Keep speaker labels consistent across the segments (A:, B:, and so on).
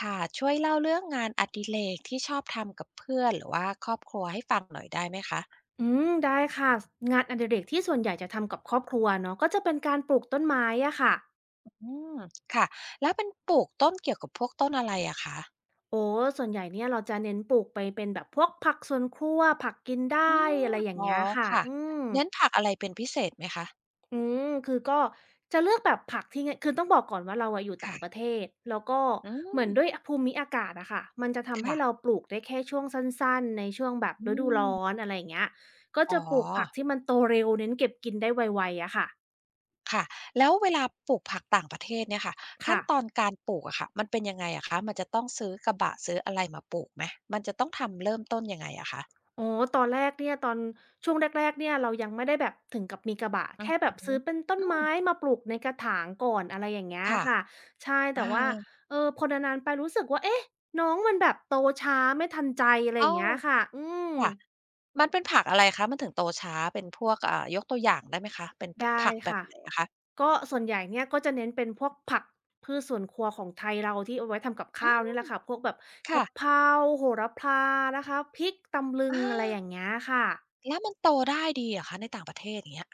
A: ค่ะช่วยเล่าเรื่องงานอดิเรกที่ชอบทำกับเพื่อนหรือว่าครอบครัวให้ฟังหน่อยได้ไหมคะ
B: ได้ค่ะงานอดิเรกที่ส่วนใหญ่จะทำกับครอบครัวเนาะก็จะเป็นการปลูกต้นไม้อะค่ะ
A: อืมค่ะแล้วเป็นปลูกต้นเกี่ยวกับพวกต้นอะไรอะคะ
B: โอ้ส่วนใหญ่เนี่ยเราจะเน้นปลูกไปเป็นแบบพวกผักสวนครัวผักกิน
A: อื
B: ได้อะ
A: ม
B: ไรอย่าง
A: อ๋อ
B: เงี้ยค่ะ
A: ค่ะ
B: ม
A: เน้นผักอะไรเป็นพิเศษไหมคะ
B: อืคือก็จะเลือกแบบผักที่ไงคือต้องบอกก่อนว่าเราอะอยู่ต่างประ
A: ค่ะ
B: เทศแล้วก็
A: อื
B: เหมือนด้
A: ม
B: วยภูมิอากาศอะค่ะมันจะทำให้
A: ค่ะ
B: เราปลูกได้แค่ช่วงสั้นๆในช่วงแบบ
A: อื
B: ฤดูร้อน
A: ม
B: อะไรอย่างเงี้ยก็
A: อ๋อ
B: จะปลูกผักที่มันโตเร็วเน้นเก็บกินได้ไวๆอะค่ะ
A: ค่ะแล้วเวลาปลูกผักต่างประเทศเนี่ยค่ะขั้น
B: ค่ะ
A: ตอนการปลูกอะค่ะมันเป็นยังไงอะคะมันจะต้องซื้อกระบะซื้ออะไรมาปลูกไหมมันจะต้องทำเริ่มต้นยังไงอะคะ
B: อ๋อตอนแรกเนี่ยตอนช่วงแรกๆเนี่ยเรายังไม่ได้แบบถึงกับมีกระบะ
A: อือ
B: แค่แบ
A: ฮึ
B: บซื้อเป็นต้น
A: อืม
B: ไม้มาปลูกในกระถางก่อนอะไรอย่างเงี้ย
A: ค่ะ
B: ค่ะใช่
A: อา
B: แต่ว่าเออพอนานๆไปรู้สึกว่าเอ๊ะน้องมันแบบโตช้าไม่ทันใจอะไรอ
A: อ้
B: ย่า
A: อ
B: งเงี้ยค่ะ
A: ค่ะมันเป็นผักอะไรคะมันถึงโตช้าเป็นพวกยกตัวอย่างได้ไหมคะเป็นพ
B: ได้
A: ผักแบบ
B: ค่ะ
A: ไหนอะคะ
B: ก็ส่วนใหญ่เนี่ยก็จะเน้นเป็นพวกผักพืชสวนครัวของไทยเราที่เอาไว้ทำกับ
A: อื
B: ข้าวนี่
A: ม
B: แหละค่ะพวกแบบกะ
A: ค่ะ
B: เพราโหระพานะคะพริกตำลึง
A: อา
B: อะไรอย่างเงี้ยค่ะ
A: แล้วมันโตได้ดีเหรอคะในต่างประเทศอย่างเงี้ย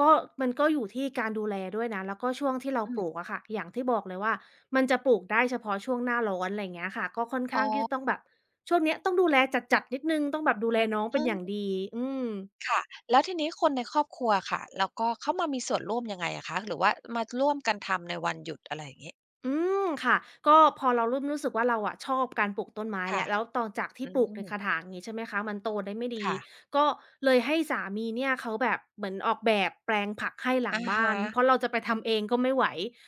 B: ก็มันก็อยู่ที่การดูแลด้วยนะแล้วก็ช่วงที่เรา
A: อื
B: ปลูก
A: ม
B: อะค่ะอย่างที่บอกเลยว่ามันจะปลูกได้เฉพาะช่วงหน้าร้อนอะไรอย่างเงี้ยค่ะก็ค่อน
A: อ๋
B: ข้างที่จะ
A: อ
B: ต้องแบบช่วงเนี้ยต้องดูแลจัดๆนิดหนึ่งต้องแบบดูแลน้อง
A: อื
B: เป็นอย่าง
A: ม
B: ดีอืม
A: ค่ะแล้วทีนี้คนในครอบครัวค่ะแล้วก็เข้ามามีส่วนร่วมยังไงอะคะหรือว่ามาร่วมกันทำในวันหยุดอะไรอย่างงี้
B: อืมค่ะก็พอเราเริ่มรู้สึกว่าเราอะชอบการปลูกต้นไม้
A: ค่ะ
B: แล้วแล้วตอนจากที่
A: อื
B: ปลูกใน
A: ม
B: กระถางงี้ใช่ไหมคะมันโตได้ไม่ดี
A: ค่ะ
B: ก็เลยให้สามีเนี่ยเขาแบบเหมือนออกแบบแปลงผักให้หลัง
A: อะ
B: บ้า
A: ฮะ
B: นเพราะเราจะไปทำเองก็ไม่ไหว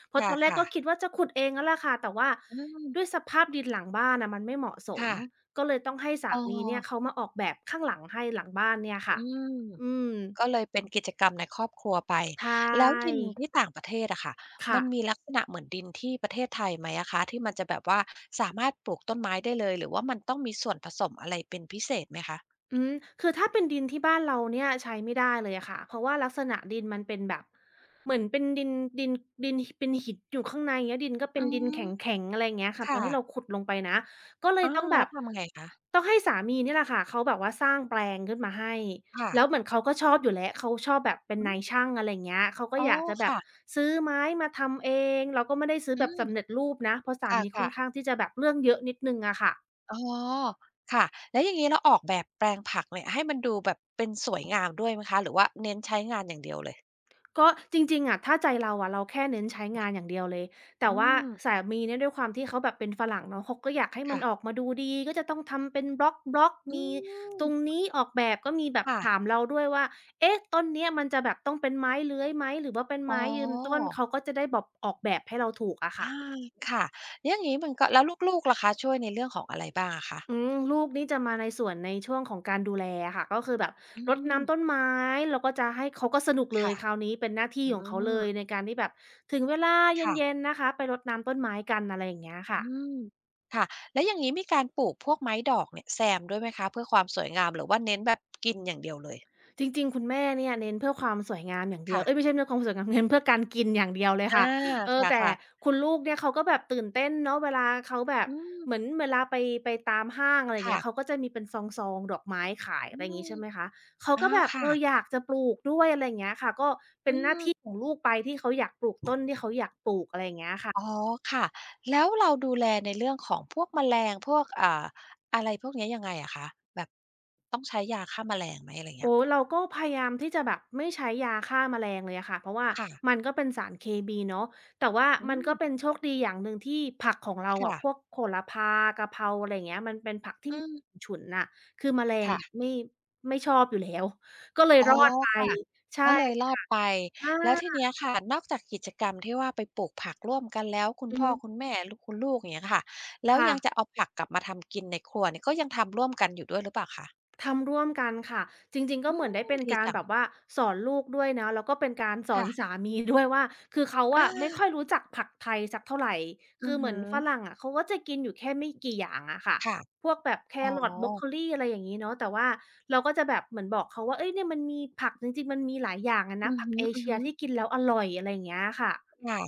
B: เพราะตอนแรก
A: ค่ะ
B: ก็
A: ๆ
B: คิดว่าจะขุดเองนั่นแหละค่ะแต่ว่า
A: อื
B: ด้วย
A: ม
B: สภาพดินหลังบ้านน่ะมันไม่เหมาะสม
A: ค่ะ
B: ก็เลยต้องให้
A: อ๋
B: สา
A: อ
B: มีเนี่ยเขามาออกแบบข้างหลังให้หลังบ้านเนี่ยค่ะ
A: อืม
B: อืม
A: ก็เลยเป็นกิจกรรมในครอบครัวไป
B: ใช่
A: แล้วดินที่ต่างประเทศอะค่ะมั
B: ค่ะ
A: นมีลักษณะเหมือนดินที่ประเทศไทยไหมอะคะที่มันจะแบบว่าสามารถปลูกต้นไม้ได้เลย หรือว่ามันต้องมีส่วนผสมอะไรเป็นพิเศษไหมคะ
B: อืมคือถ้าเป็นดินที่บ้านเราเนี่ยใช้ไม่ได้เลยอะค่ะเพราะว่าลักษณะดินมันเป็นแบบเหมือนเป็นดินดินดินเป็นหินอยู่ข้างในเงี้ยดินก็เป็
A: อื
B: นดินแข
A: ม
B: ็งๆอะไรอย่างเงี้ยค่ะตอ
A: ค่ะ
B: นที่เราขุดลงไปนะก็เลย
A: อา
B: ต้องแบ
A: แล้ว
B: บ
A: ทำไงคะ
B: ต้องให้สามีเนี่ยแหละค่ะเขาแบบว่าสร้างแปลงขึ้นมาให้
A: ค่ะ
B: แล้วเหมือนเขาก็ชอบอยู่แล้วเขาชอบแบบเป็น
A: อื
B: นาย
A: ม
B: ช่างอะไรอย่างเงี้ยเขาก็
A: อ๋อ
B: อยากจะแบบ
A: ค่ะ
B: ซื้อไม้มาทำเองเราก็ไม่ได้ซื้อ
A: อื
B: แบบ
A: ม
B: สำเร็จรูปนะเพราะ
A: ค
B: สามีค่
A: ่ะ
B: อนข้าง
A: ๆ
B: ที่จะแบบเรื่องเยอะนิดหนึ่งอะค่ะ
A: อ๋อค่ะแล้วอย่างงี้เราออกแบบแปลงผักเนี่ยให้มันดูแบบเป็นสวยงามด้วยไหมคะหรือว่าเน้นใช้งานอย่างเดียวเลย
B: ก็จริงๆอะถ้าใจเราอะเราแค่เน้นใช้งาน
A: ค่ะ
B: อย่างเดียวเลยแต่
A: อื
B: ว่า
A: ม
B: สามีเนี่ยด้วยความที่เขาแบบเป็นฝรั่งเนาะเขาก็อยากให้มันออ
A: ค่ะ
B: กมาดูดีก็จะต้องทำเป็นบล็อกๆ
A: อื
B: มี
A: ม
B: ตรงนี้ออกแบบก็มีแบบ
A: ค่ะ
B: ถามเราด้วยว่าเอ๊ะต้นเนี้ยมันจะแบบต้องเป็นไม้เลื้อยไหมหรือว่าเป็น
A: อ๋อ
B: ไม้ยืนต้นเขาก็จะได้แบบออกแบบให้เราถูกอะค่ะ
A: อาค่ะแล้วอย่างงี้มันก็แล้วลูกๆล่ะคะช่วยในเรื่องของอะไรบ้างอะคะ
B: อืมลูกนี่จะมาในส่วนในช่วงของการดูแลอะค่ะก็คือแบบ
A: อื
B: รด
A: ม
B: น้ำต้นไม้แล้วก็จะให้เขาก็สนุกเลย
A: ค่ะ
B: คราวนี้เป็นหน้าที่
A: อื
B: ของเขาเลยใน
A: ม
B: การที่แบบถึงเวลาเ
A: ค่ะ
B: ย็นๆนะคะไปรดน้ำต้นไม้กันอะไรอย่างเงี้ยค่ะ
A: อืมค่ะแล้วอย่างงี้มีการปลูกพวกไม้ดอกเนี่ยแซมด้วยไหมคะเพื่อความสวยงามหรือว่าเน้นแบบกินอย่างเดียวเลย
B: จริงๆ คุณแม่เนี่ยเน้นเพื่อความสวยงามอย่างเดียวเอ๊ยไม่
A: ค่ะ
B: ใช่เพื่อความสวยงามเน้นเพื่อการกินอย่างเดียวเลย
A: อา
B: ค่ะเออแต่
A: ค่ะ
B: คุณลูกเนี่ยเขาก็แบบตื่นเต้นเนาะเวลาเขาแบ
A: ๆ
B: บ
A: อืม
B: เหมือนเวลาไปไปตามห้างอะไรอย่างเงี้
A: ค่ะ
B: ยเขาก็จะมีเป็นซองๆดอกไม้ขาย
A: อื
B: อะไรอย่างงี้
A: ม
B: ใช่ไหมคะเขาก็
A: อา
B: แบบเอ
A: ค่ะ
B: ออยากจะปลูกด้วยอะไรอย่างเงี้ยค่ะก็เป็
A: อื
B: นหน้าที่ข
A: ม
B: องลูกไปที่เขาอยากปลูกต้นที่เขาอยากปลูกอะไรอย่างเงี้ยค่ะ
A: อ๋อค่ะแล้วเราดูแลในเรื่องของพวกแมลงพวกอะไรพวกเนี้ยยังไงอะคะแบบต้องใช้ยาฆ่าแมลงไหมอะไรอ
B: โอ้
A: เงี้ย
B: เราก็พยายามที่จะแบบไม่ใช้ยาฆ่าแมลงเลยอะค่ะเพราะว่า
A: ค่ะ
B: มันก็เป็นสารเคมีเนาะแต่ว่า
A: อื
B: มัน
A: ม
B: ก็เป็นโชคดีอย่างหนึ่งที่ผักของเราอะพวก
A: ค่ะ
B: โหระพากะเพราอะไรอย่างเงี้ยมันเป็นผักที่
A: อืม
B: ฉุนน่ะคือแมลงอะ
A: ค่ะ
B: ไม่ชอบอยู่แล้วก็เลย
A: อ๋
B: ร
A: อ
B: อดไป
A: ค่ะ
B: ใช่
A: ก็เลยรอดไปแล้วที
B: อา
A: เนี้ยค่ะนอกจากกิจกรรมที่ว่าไปปลูกผักร่วมกันแล้วคุณ
B: อือ
A: พ่อ
B: ฮึ
A: คุณแม่ลคุณลูกอย่างเงี้ยค่ะแล้ว
B: ค่ะ
A: ยังจะเอาผักกลับมาทำกินในครัวเนี่ยก็ยังทำร่วมกันอยู่ด้วยหรือเปล่าคะ
B: ทำร่วมกันค่ะจริงๆก็
A: อื
B: เหมือนได้
A: ม
B: เป็น
A: ดี
B: การ
A: จัง
B: แบบว่าสอนลูกด้วยนะแล้วก็เป็นการสอน
A: ค่ะ
B: สามีด้วยว่าคือเขา
A: อา
B: อะไม่ค่อยรู้จักผักไทยสักเท่าไร
A: อื
B: คื
A: อ
B: อเหมื
A: ฮึ
B: อนฝรั่งอะเขาก็จะกินอยู่แค่ไม่กี่อย่างอะค่ะ
A: ค่ะ
B: พวกแบบแค
A: อ๋อ
B: รอทบรอกโคลีอะไรอย่างงี้เนาะแต่ว่าเราก็จะแบบเหมือนบอกเขาว่าเฮ้ยเนี่ยมันมีผักจริงๆมันมีหลายอย่างอะนะ
A: อือ
B: ผักเอเชี
A: ฮึ
B: ยที่กิ
A: ๆ
B: นแล้วอร่อยอะไรอย่างเงี้ยค่ะ
A: ค่ะ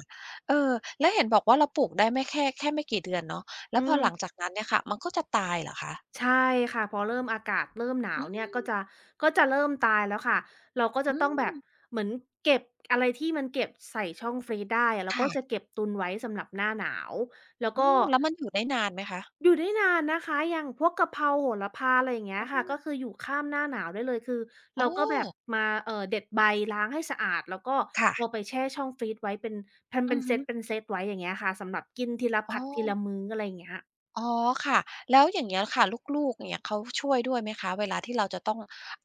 A: เออแล้วเห็นบอกว่าเราปลูกได้ไม่แค่แค่ไม่กี่เดือนเนาะแล้
B: อื
A: วพอหลังจา
B: ม
A: กนั้นเนี่ยค่ะมันก็จะตายเหรอคะ
B: ใช่ค่ะพอเริ่มอากาศเริ่มหนา
A: อื
B: วเนี่ย
A: ม
B: ก็จะก็จะเริ่มตายแล้วค่ะเราก็จะ
A: อื
B: ต้องแบ
A: ม
B: บเหมือนเก็บอะไรที่มันเก็บใส่ช่องฟรีซได้อะเราก็จะ
A: ค่ะ
B: เก็บตุนไว้สำหรับหน้าหนาวแล้ว
A: อื
B: ก็
A: มแล้วมันอยู่ได้นานไหมคะ
B: อยู่ได้นานนะคะอย่างพวกกะเพราโหระพาอะไรอย่างเงี้ยค่ะก็คืออยู่ข้ามหน้าหนาวได้เลยคือ
A: โอ้
B: เราก็แบบมาเด็ดใบล้างให้สะอาดแล้วก็เอา
A: ค่ะ
B: ไปแช่ช่องฟรีซไว้เป็นทำ
A: อื
B: เป็น
A: อ
B: เซ
A: ฮึ
B: ตเป็นเซตไว้อย่างเงี้ยค่ะสำหรับกินทีละ
A: อ๋อ
B: ผัดทีละมื้ออะไรอย่างเงี้ย
A: อ๋อค่ะแล้วอย่างเงี้ยค่ะลูกๆเนี่ยเขาช่วยด้วยไหมคะเวลาที่เราจะต้อง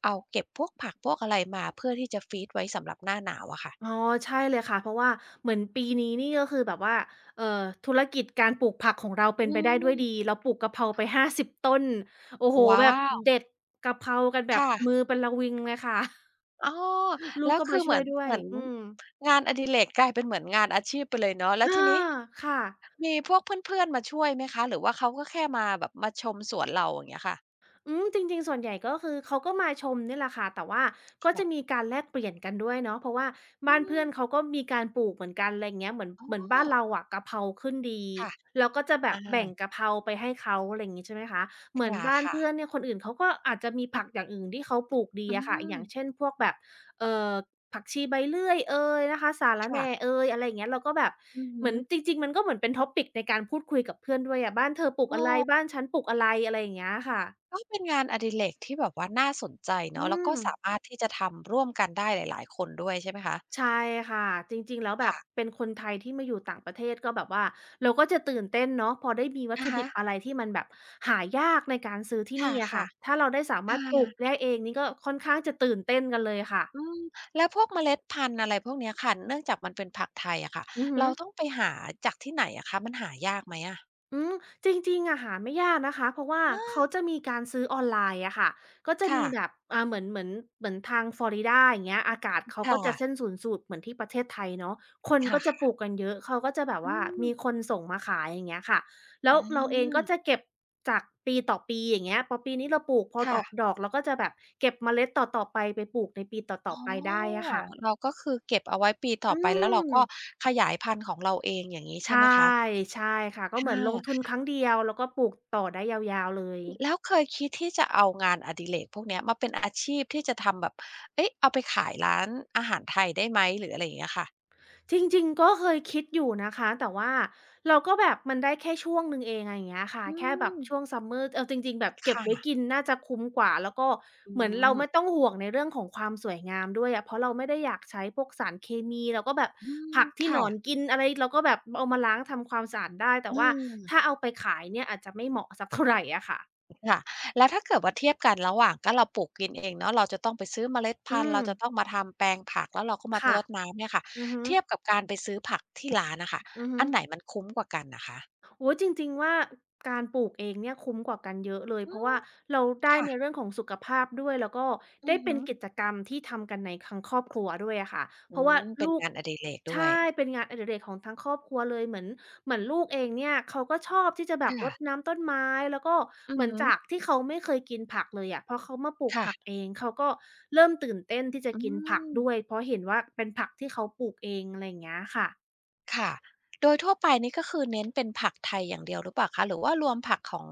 A: เอาเก็บพวกผักพวกอะไรมาเพื่อที่จะฟรีซไว้สำหรับหน้าหนาวอะค่ะ
B: อ๋อใช่เลยค่ะเพราะว่าเหมือนปีนี้นี่ก็คือแบบว่าเอ่อธุรกิจการปลูกผักของเราเป็น
A: อื
B: ไปได้ด้วย
A: ม
B: ดีเราปลูกกะเพราไป50ต้นโอ้โฮ
A: ว้า
B: แบบเด็
A: ว
B: ดกะเพรากันแบบ
A: ค่ะ
B: มือเป็นระวิงเลยค่ะ
A: อ๋อ
B: ลูก
A: แล้ว
B: ก็
A: คื
B: มา
A: อเห
B: ช่
A: มื
B: ว
A: อ
B: ย
A: น
B: ด้ว
A: เห
B: ย
A: มือน
B: อืม
A: งานอดิเรกกลายเป็นเหมือนงานอาชีพไปเลยเนาะแล้วที
B: อา
A: นี้
B: ค่ะ
A: มีพวกเพื่อนๆมาช่วยไหมคะหรือว่าเขาก็แค่มาแบบมาชมสวนเราอย่างเงี้ยค่ะ
B: อืมจริงๆส่วนใหญ่ก็คือเขาก็มาชมเนี่ยแหละค่ะแต่ว่าก็
A: ค่ะ
B: จะมีการแลกเปลี่ยนกันด้วยเนาะเพราะว่า
A: อื
B: บ้านเพื่อน
A: ม
B: เขาก็มีการปลูกเหมือนกันอะไรอย่างเงี้ยเหมือน
A: อ๋อ
B: เหมือนบ้านเราอะกะเพราขึ้นดี
A: ค่ะ
B: เราก็จะแบ
A: อา
B: บแบ่งกะเพราไปให้เขาอะไรอย่างงี้ใช่ไหมคะ
A: ค
B: เหมือนบ้าน
A: ่ะ
B: เพื่
A: ๆ
B: อนเนี่ยคนอื่นเขาก็อาจจะมีผักอย่างอื่นที่เขาปลูกดี
A: อื
B: อะค่ะอ
A: ม
B: ย่างเช่นพวกแบบเอ่อผักชีใบเลื่อยเอยนะคะสะระแหน่
A: ค่ะ
B: เอยอะไรอย่างเงี้ยเราก็แบบ
A: อือ
B: เห
A: ฮึ
B: มือนจริงๆมันก็เหมือนเป็น topic ในการพูดคุยกับเพื่อนด้วยอะบ้านเธอปลูก
A: เออ
B: อะไรบ้านฉันปลูกอะไรอะไรอย่างเงี้ยค่ะ
A: ก็เป็นงานอดิเรกที่แบบว่าน่าสนใจ
B: อื
A: เนาะแล้วก็
B: ม
A: สามารถที่จะทำร่วมกันได้หลายๆคนด้วยใช่ไหมคะ
B: ใช่ค่ะจริงๆแล้วแบบ
A: ค่ะ
B: เป็นคนไทยที่มาอยู่ต่างประเทศก็แบบว่าเราก็จะตื่นเต้นเนาะพอได้มีวัต
A: อะ
B: ถุดิ
A: ฮะ
B: บอะไรที่มันแบบหายากในการซื้อที่นี่อะ
A: ค่ะ
B: ค่ะถ้าเราได้สา
A: ๆ
B: มา
A: อา
B: รถปลูกได้เองนี่ก็ค่อนข้างจะตื่นเต้นกันเลยค่ะ
A: อืมแล้วพวกเมล็ดพันธุ์อะไรพวกเนี้ยค่ะเนื่องจากมันเป็นผักไทยอะค่ะ
B: อือฮึ
A: เราต้องไปหาจากที่ไหนอะคะมันหายากไหมอะ
B: อืมจริงๆอะหาไม่ยากนะคะเพราะว่า
A: เออ
B: เขาจะมีการซื้อออนไลน์อะค่ะก็จะ
A: ค่ะ
B: มีแบบอ่าเหมือนเหมือนทางฟลอริดาอย่างเงี้ยอากาศเขา
A: ค่
B: ก็จะเส้น
A: ะ
B: ศูนย์สูตรเหมือนที่ประเทศไทยเนาะคนก็จะป
A: ค่ะ
B: ลูกกันเยอะเขาก็จะแบ
A: ๆ
B: บ
A: อื
B: ว่า
A: ม
B: มีคนส่งมาขายอย่างเงี้ยค่ะแล้
A: อื
B: วเราเองก็
A: ม
B: จะเก็บจากปีต่อปีอย่างเงี้ยพอปีนี้เราปลูกพอออกด
A: ค่ะ
B: อกเราก็จะแบบเก็บเมล็ดต่อๆไปไปปลูกในปีต่
A: อ๋
B: อๆไปได้
A: อ
B: อะค่ะ
A: เราก็คือเก็บเอาไว้ปีต่อ
B: อื
A: ไปแล้วเราก็
B: ม
A: ขยายพันธุ์ของเราเองอย่างงี้ใช่
B: ใช่
A: ไหมคะ
B: ใช่ค่ะก็เหมื
A: อ
B: อนลงทุ
A: า
B: นครั้งเดียวแล้วก็ปลูกต่อได้ยาวๆเลย
A: แล้วเคยคิดที่จะเอางานอดิเรกพวกเนี้ยมาเป็นอาชีพที่จะทำแบบเอ๊ะเอาไปขายร้านอาหารไทยได้ไหมหรืออะไรอย่างเงี้ยค่ะ
B: จริงๆ ก็เคยคิดอยู่นะคะ แต่ว่าเราก็แบบมันได้แค่ช่วงหนึ่งเองอะไรอย่างเงี้ยค่ะ
A: อื
B: แค่แบบ
A: ม
B: ช่วง Summer เอาจริงๆแบบเก็บ
A: ค่ะ
B: ไว้กินน่าจะคุ้มกว่าแล้วก็
A: อื
B: เหมือนเราไม่ต้
A: ม
B: องห่วงในเรื่องของความสวยงามด้วยอะเพราะเราไม่ได้อยากใช้พวกสารเคมีแล้วก็แบบ
A: อืม
B: ผักที่หน
A: ค่ะ
B: อนกินอะไรเราก็แบบเอามาล้างทำความสะอาดได้แต่
A: อื
B: ว่า
A: ม
B: ถ้าเอาไปขายเนี่ยอาจจะไม่เหมาะสักเท่าไรอะค่ะ
A: แล้วถ้าเกิดว่าเทียบกันระหว่างก็เราปลูกกินเองเนาะเราจะต้องไปซื้อเมล็ด
B: อื
A: พันธุ์
B: ม
A: เราจะต้องมาทำแปลงผักแล้วเราก็มา
B: ค่ะ
A: รดน้ำเนี่ยค่ะ
B: อือฮึ
A: เทียบกับการไปซื้อผักที่ร้านน่ะค่ะ
B: อือฮึ
A: อันไหนมันคุ้มกว่ากันน่ะคะ
B: โอ้ยจริงๆว่าการปลูกเองเนี่ยคุ้มกว่ากันเยอะเลย
A: อื
B: เพราะ
A: ม
B: ว่าเราได้
A: ค่ะ
B: ในเรื่องของสุขภาพด้วยแล้วก็
A: อื
B: ได้
A: อ
B: เป็
A: ฮึ
B: นกิจกรรมที่ทำกันในทั้งครอบครัวด้วยอะค่ะ
A: อื
B: เพราะว่า
A: มเป็น
B: ลูก
A: งานอดิเรกด้วย
B: ใช่เป็นงานอดิเรกของทั้งครอบครัวเลยเหมือนเหมือนลูกเองเนี่ยเขาก็ชอบที่จะแบบรด
A: ค่ะ
B: น้ำต้นไม้แล้วก็
A: อื
B: เห
A: อ
B: มือน
A: ฮึ
B: จากที่เขาไม่เคยกินผักเลยอะพอเขามาปลูก
A: ค่ะ
B: ผักเองเขาก็เริ่มตื่นเต้นที่จะ
A: อื
B: กินผักด้วย
A: ม
B: เพราะเห็นว่าเป็นผักที่เขาปลูกเองอะไรอย่างเงี้ยค่ะ
A: ค่ะโดยทั่วไปนี่ก็คือเน้นเป็นผักไทยอย่างเดียวหรือเปล่าคะหรือว่ารวมผักของ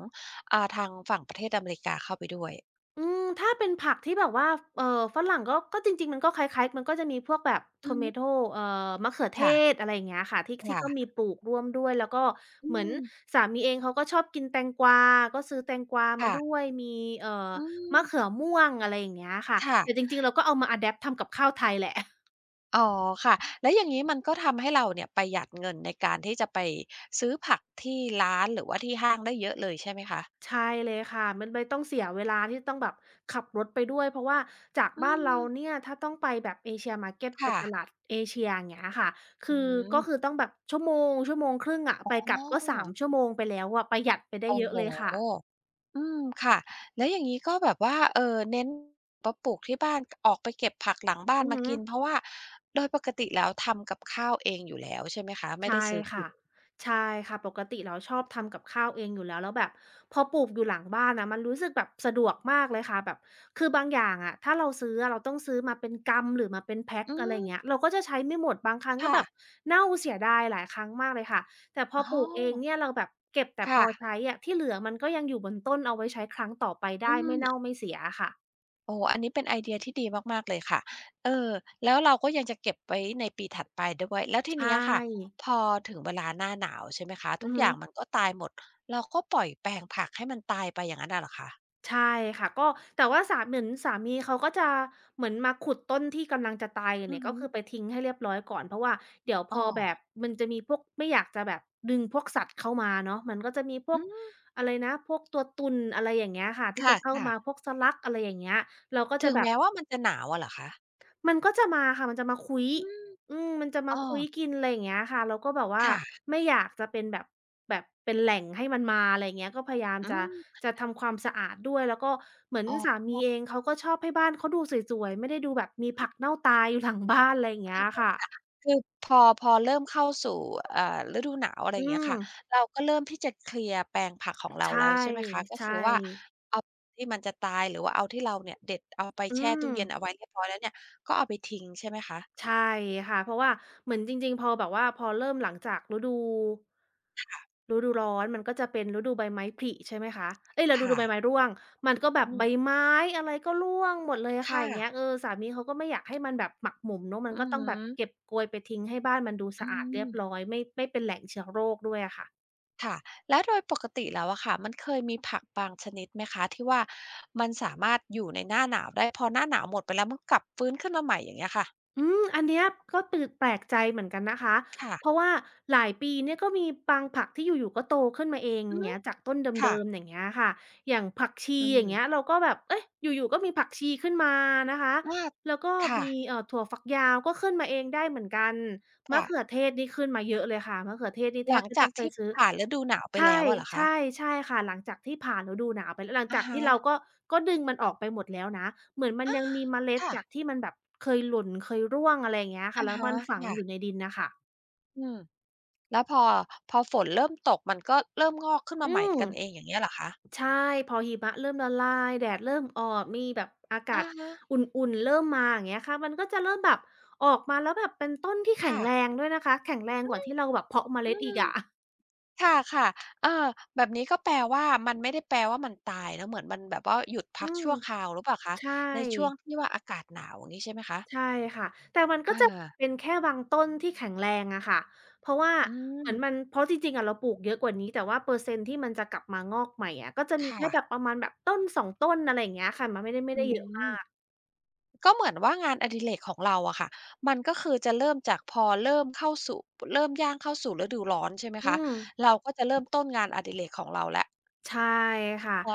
A: ทางฝั่งประเทศอเมริกาเข้าไปด้วย
B: อืมถ้าเป็นผักที่แบบว่าเอ่อฝรั่งก็จริงๆมันก็คล้ายๆมันก็จะมีพวกแบบโท
A: อื
B: อ
A: อ
B: เม
A: ฮึ
B: โทเอ่อมะเขือเทศ
A: ค่ะ
B: อะไรอย่างเงี้ยค่ะที่ก็มี
A: ค่ะ
B: ปลูกร่วมด้วยแล้วก็
A: อื
B: เหมือน
A: ม
B: สามีเองเขาก็ชอบกินแตงกวาก็ซื้อแตงกวามา
A: ค่ะ
B: ด้วย มีเอ่อ
A: อื
B: มะ
A: ม
B: เขือม่วงอะไรอย่างเงี้ยค่ะ
A: ค่ะ
B: แต่จริงๆเราก็เอามาอะแดปต์ทำกับข้าวไทยแหละ
A: อ๋อค่ะแล้วอย่างงี้มันก็ทำให้เราเนี่ยประหยัดเงินในการที่จะไปซื้อผักที่ร้านหรือว่าที่ห้างได้เยอะเลยใช่ไหมคะ
B: ใช่เลยค่ะมันไม่ต้องเสียเวลาที่ต้องแบบขับรถไปด้วยเพราะว่าจาก
A: อื
B: บ้านเรา
A: ม
B: เนี่ยถ้าต้องไปแบบ Asia Market เชียมาร์เก็ตเป็
A: ค่ะ
B: นตลาดเอเชียอย่างเงี้ยค่ะคื
A: อื
B: อก็คื
A: ม
B: อต้องแบบชั่วโมงชั่วโมงครึ่งอะ
A: อ๋
B: ไปกลับ
A: อ
B: ก็3ชั่วโมงไปแล้วอะประหยัดไปได้
A: โอ้
B: เยอะ
A: โฮ
B: เลยค่ะ
A: อืมค่ะแล้วอย่างนี้ก็แบบว่าเออเน้นมาปลูกที่บ้านออกไปเก็บผักหลังบ้าน
B: อือ
A: มา
B: ฮึ
A: กินเพราะว่าโดยปกติแล้วทำกับข้าวเองอยู่แล้วใช่ไหมคะไม่ได้
B: ใช่
A: ซื้อกิ
B: ค่ะ
A: น
B: ใช่ค่ะปกติเราชอบทำกับข้าวเองอยู่แล้วแล้วแบบพอปลูกอยู่หลังบ้านนะมันรู้สึกแบบสะดวกมากเลยค่ะแบบคือบางอย่างอะถ้าเราซื้ออะเราต้องซื้อมาเป็นกำหรือมาเป็นแพ็ก
A: อื
B: อะไรอ
A: ม
B: ย่างเงี้ยเราก็จะใช้ไม่หมดบางครั้งก็แบบ
A: ค่ะ
B: เน่าเสียดายหลายครั้งมากเลยค่ะแต่พอ
A: อ๋อ
B: ปลูกเองเนี่ยเราแบบเก็บแต่พ
A: ค่ะ
B: อใช้อะที่เหลือมันก็ยังอยู่บนต้นเอาไว้ใช้ครั้งต่อไป
A: อื
B: ได้ไม่
A: ม
B: เน่าไม่เสียอะค่ะ
A: โอ้อันนี้เป็นไอเดียที่ดีมากๆเลยค่ะเออแล้วเราก็ยังจะเก็บไว้ในปีถัดไปด้วยแล้วที
B: ใช
A: เนี้ยค่ะ
B: ่
A: พอถึงเวลาหน้าหนาวใช่ไหมคะทุ
B: อื
A: ก
B: อ
A: อ
B: ฮึ
A: ย่างมันก็ตายหมดเราก็ปล่อยแปลงผักให้มันตายไปอย่างนั้นน่ะเหรอคะ
B: ใช่ค่ะก็แต่ว่าเหมือนสามีเขาก็จะเหมือนมาขุดต้นที่กำลังจะตายอยู่
A: อื
B: เนี่
A: อ
B: ย
A: ฮึ
B: ก็คือไป
A: อ
B: ทิ้งให้เรียบร้อยก่อนเพราะว่าเดี๋ยวพ
A: อ๋อ
B: อแบบมันจะมีพวกไม่อยากจะแบบดึงพวกสัตว์เข้ามาเนาะมันก็จะมีพว
A: อื
B: ก
A: ม
B: อะไรนะพวกตัวตุ่นอะไรอย่างเงี้ยค่ะที่
A: ค่ะ
B: จะเข้า
A: ค่ะ
B: มาพวกสลักอะไรอย่างเงี้ยเราก็จะ
A: ถึง
B: แบบ
A: แม้ว่ามันจะหนาวอะเหรอคะ
B: มันก็จะมาค่ะมันจะมาคุ้ย
A: อืม
B: อืมมันจะ
A: อ้
B: มา
A: อ
B: คุ้ยกินอะไรอย่างเงี้ยค่ะแล้วก็แบบว่า
A: ค่ะ
B: ไม่อยากจะเป็นแบบแบบเป็นแหล่งให้มันมาอะไรอย่างเงี้ยก็พยายาม
A: อื
B: จะ
A: ม
B: จะทำความสะอาดด้วยแล้วก็เหมือน
A: อ๋อ
B: สามีเองเขาก็ชอบให้บ้านเขาดูสวยๆ ไม่ได้ดูแบบมีผักเน่าตายอยู่หลังบ้านอะไรอย่างเงี้ยค่ะ
A: คือพอเริ่มเข้าสู่อ่าฤดูหนาวอะไรอ
B: อื
A: ย่างเงี้ย
B: ม
A: ค่ะเราก็เริ่มที่จะเคลียร์แปลงผักของเรา
B: ใช
A: แล้ว
B: ่
A: ใช่ไหมคะก็คือ
B: ใช่
A: ว่าเอาที่มันจะตายหรือว่าเอาที่เราเนี่ยเด็ดเอาไป
B: อื
A: แช่
B: ม
A: ตู้เย็นเอาไว้เรียบร้อยแล้วเนี่ยก็เอาไปทิ้งใช่ไหมคะ
B: ใช่ค่ะเพราะว่าเหมือนจริงๆพอแบบว่าพอเริ่มหลังจาก
A: ค่ะ
B: ฤดูร้อนมันก็จะเป็นฤดูใบไม้ผลิใช่ไหมคะเอ๊ยฤดู
A: ค่ะ
B: ใบไม้ร่วงมันก็แบ
A: อื
B: บใบ
A: ม
B: ไม้อะไรก็ร่วงหมดเลยค่ะอย่าง
A: ค่ะ
B: เงี้ยเออสามีเขาก็ไม่อยากให้มันแบบหมักหมมเนาะมัน
A: อือ
B: ก็ต้อง
A: ฮึ
B: แบบเก็บโกยไปทิ้งให้บ้านมันดู
A: อื
B: สะอาดเรียบร้อ
A: ม
B: ยไม่เป็นแหล่งเชื้อโรคด้วยอะค่ะ
A: ค่ะแล้วโดยปกติแล้วอะค่ะมันเคยมีผักบางชนิดไหมคะที่ว่ามันสามารถอยู่ในหน้าหนาวได้พอหน้าหนาวหมดไปแล้วมันกลับฟื้นขึ้นมาใหม่อย่างเงี้ยค่ะ
B: อืมอันเนี้ยก็ตื่นแปลกใจเหมือนกันนะคะเพ
A: ค่ะ
B: ราะว่าหลายปีเนี่ยก็มีบางผักที่อยู่ๆก็โตขึ้นมาเองอ
A: อือ
B: ย่าง
A: ฮึ
B: เงี้ยจากต้นเ
A: ค่ะ
B: ดิมๆอย่างเงี้ยค่ะ อย่างผักชี
A: อื
B: อย่างเงี้ย
A: ม
B: เราก็แบบเอ๊ะอยู่ๆก็มีผักชีขึ้นมานะคะ
A: อา
B: แล้วก็
A: ค่ะ
B: มีถั่วฝักยาวก็ขึ้นมาเองได้เหมือนกัน มะ
A: ค่ะ
B: เขือเทศนี่ขึ้นมาเยอะเลยค่ะ มะเขือเทศนี่แท
A: หลั
B: บ
A: ง
B: ไม่
A: จา
B: ต้อ
A: ก
B: งไป
A: ที่
B: ซื้อ
A: ผ่านฤดูหนาวไป
B: ใช่
A: แล้วอะเหรอคะ
B: ใช่ ใช่ค่ะหลังจากที่ผ่านฤดูหนาวไปแล้วหลัง
A: อะ
B: จากที่เรา
A: ฮะ
B: ก็ก็ดึงมันออกไปหมดแล้วนะ เหมือนมันยังมีเมล็ด
A: ค่ะ
B: จากที่มันแบบเคยหล่นเคยร่วงอะไรอย่างเงี้ยค่ะ
A: อะ
B: แล้ว
A: ฮะ
B: มันฝัง
A: ค่ะ
B: อยู่ในดินน่ะค่ะ
A: อืมแล้วพอฝนเริ่มตกมันก็เริ่มงอกขึ้นมา
B: อื
A: ใหม่
B: ม
A: กันเองอย่างเงี้ยเหรอคะ
B: ใช่ พอหิมะเริ่มละลาย แดดเริ่มออกมีแบบอากา
A: อะ
B: ศ
A: ฮะ
B: อุ่นๆเริ่มมาอย่างเงี้ยค่ะมันก็จะเริ่มแบบออกมาแล้วแบบเป็นต้นที่แข็ง
A: ค่ะ
B: แรงด้วยนะคะแข็งแรงกว่าที่เราแบบเพาะเม
A: อื
B: ล็ดอีก
A: ม
B: อะ
A: ค่ะๆเออแบบนี้ก็แปลว่ามันไม่ได้แปลว่ามันตายเนาะเหมือนมันแบบว่าหยุด
B: อื
A: พัก
B: ม
A: ชั่วคราวหรือเปล่าคะ
B: ใช่
A: ในช่วงที่ว่าอากาศหนาวอย่างงี้ใช่ไหมคะ
B: ใช่ค่ะแต่มันก็จะ
A: อา
B: เป็นแค่บางต้นที่แข็งแรงอะค่ะเพราะว่า
A: อื
B: เหมือนมัน
A: ม
B: เพราะจริงๆอะเราปลูกเยอะกว่านี้แต่ว่าเปอร์เซ็นต์ที่มันจะกลับมางอกใหม่อะก็จะมี
A: ค่ะ
B: แค่แบบประมาณแบบต้นสอ2ต้นอะไรอย่างเงี้ยค่ะมันไม่ได้ไม่
A: อื
B: ได้เยอะมา
A: ม
B: ก
A: ก็เหมือนว่างานอดิเรกของเราอะค่ะมันก็คือจะเริ่มจากพอเริ่มเข้าสู่เริ่มย่างเข้าสู่ฤดูร้อนใช่ไหม
B: อื
A: คะ
B: ม
A: เราก็จะเริ่มต้นงานอดิเรกของเราแล้ว
B: ใช่ค่ะ
A: ใช่ไหม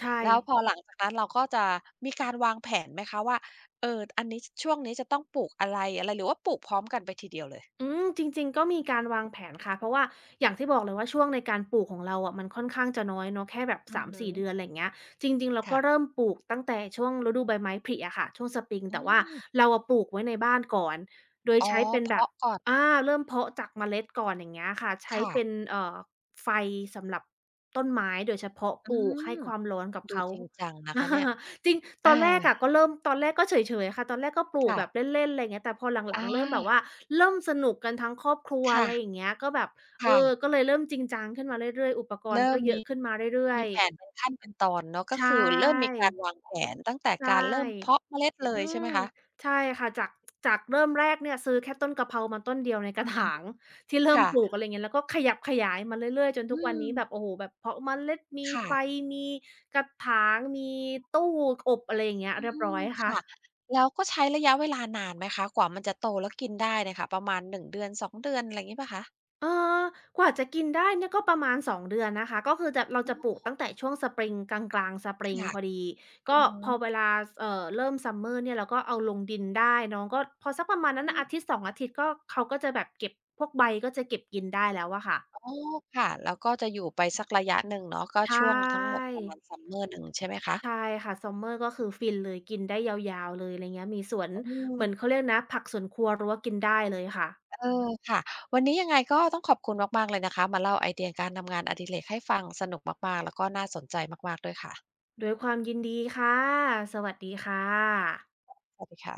B: ใช่
A: แล้วพอหลังจากนั้นเราก็จะมีการวางแผนไหมคะว่าเอออันนี้ช่วงนี้จะต้องปลูกอะไรอะไรหรือว่าปลูกพร้อมกันไปทีเดียวเลย
B: อืมจริงๆก็มีการวางแผนค่ะเพราะว่าอย่างที่บอกเลยว่าช่วงในการปลูกของเราอะมันค่อนข้างจะน้อยเนาะแค่แบบ
A: อือฮึ
B: 3-4เดือนไรเงี้ยจริงๆเรา
A: ค่ะ
B: ก็เริ่มปลูกตั้งแต่ช่วงฤดูใบไม้ผลิอะค่ะช่วงสปริง
A: อื
B: แต่ว่า
A: ม
B: เราอะปลูกไว้ในบ้านก่อนโดย
A: อ๋อ
B: ใช้เป็นแบบ
A: เพาะก่อน
B: อาเริ่มเพาะจากเมล็ดก่อนอย่างเงี้ยค่ะใช้
A: ค่ะ
B: เป็นไฟสำหรับต้นไม้โดยเฉพาะ
A: อื
B: ปลูกให้
A: ม
B: ความร้อนกับ
A: ดู
B: เขา
A: จริงจังนะคะเนี่ย
B: จริงต
A: อา
B: อนแรกอะก็เริ่มตอนแรกก็เฉยๆค่ะตอนแรกก็ปลูก
A: ค่ะ
B: แบบเล่นๆไรเงี้ยแต่พอหลั
A: อา
B: งๆเริ่มแบบว่าเริ่มสนุกกันทั้งครอบครัวอะ
A: ค่ะ
B: ไรอย่างเงี้ยก็แบบเออ
A: ค่ะ
B: ก็เลยเริ่มจริงจังขึ้นมาเรื่อยๆอุปกรณ์
A: เริ่ม
B: ก็เย
A: มี
B: อะขึ้นมาเรื่อ
A: มี
B: ย
A: แผนเป็นขั้นเป็นตอนเนาะ
B: ๆ
A: ก็
B: ใช
A: คือเริ่มมี
B: ่
A: การวางแผนตั้งแต่
B: ใช่
A: การเริ่มเพาะเมล็ดเล
B: อื
A: ยใช่
B: ม
A: ไหมคะ
B: ใช่ค่ะจากเริ่มแรกเนี่ยซื้อแค่ต้นกะเพรามาต้นเดียวในกระถา
A: อืม
B: งที่เริ่มปลูก
A: ค่ะ
B: อะไรเงี้ยแล้วก็ขยับขยายมาเรื่อยๆจน
A: อื
B: ทุกวันนี้แบบ
A: ม
B: โอ้โฮแบบเพาะเมล็ดมี
A: ค่ะ
B: ไฟมีกระถางมีตู้อบอะไรอย่างเงี้ย
A: อื
B: เรียบร้
A: ม
B: อยค่ะ
A: ค่ะแล้วก็ใช้ระยะเวลานานไหมคะ กว่ามันจะโตแล้วกินได้เนี่ยค่ะประมาณ1เดือน2เดือนอะไรงี้เปล่าคะ
B: เอ่อกว่าจะกินได้เนี่ยก็ประมาณ2เดือนนะคะก็คือจะเรา
A: อ๋
B: จะป
A: อ
B: ลูกตั้งแต่ช่วงสปริงกลางๆสปริง
A: ค่ะ
B: พอดี
A: อื
B: ก็
A: อฮึ
B: พอเวลาเริ่มซัมเมอร์เนี่ยเราก็เอาลงดินได้เนาะก็พอสักประมาณนั้
A: อื
B: นน่ะ
A: ม
B: 1-2อาทิตย์ก็เขาก็จะแบบเก็บพวกใบก็จะเก็บกินได้แล้วอะค่ะ
A: อ๋อค่ะ แล้วก็จะอยู่ไปสักระยะหนึ่งเนาะก็
B: ใช่
A: ช่วงทั้งหมดประมาณ Summer หนึ่งใช่ไหมคะ
B: ใช่ค่ะซัมเมอร์ก็คือฟินเลยกินได้ยาวๆเลยอะไรเงี้ยมีสวน
A: อืม
B: เหมือนเขาเรียกนะผักสวนครัวรั้วกินได้เลยค่ะ
A: เออค่ะ วันนี้ยังไงก็ต้องขอบคุณมากๆเลยนะคะ มาเล่าไอเดียการทำงานอดิเรกให้ฟังสนุกมากๆ แล้วก็น่าสนใจมากๆด้วยค่ะ
B: ด้วยความยินดีค่ะสวัสดีค่ะ
A: สวัสดีค่ะ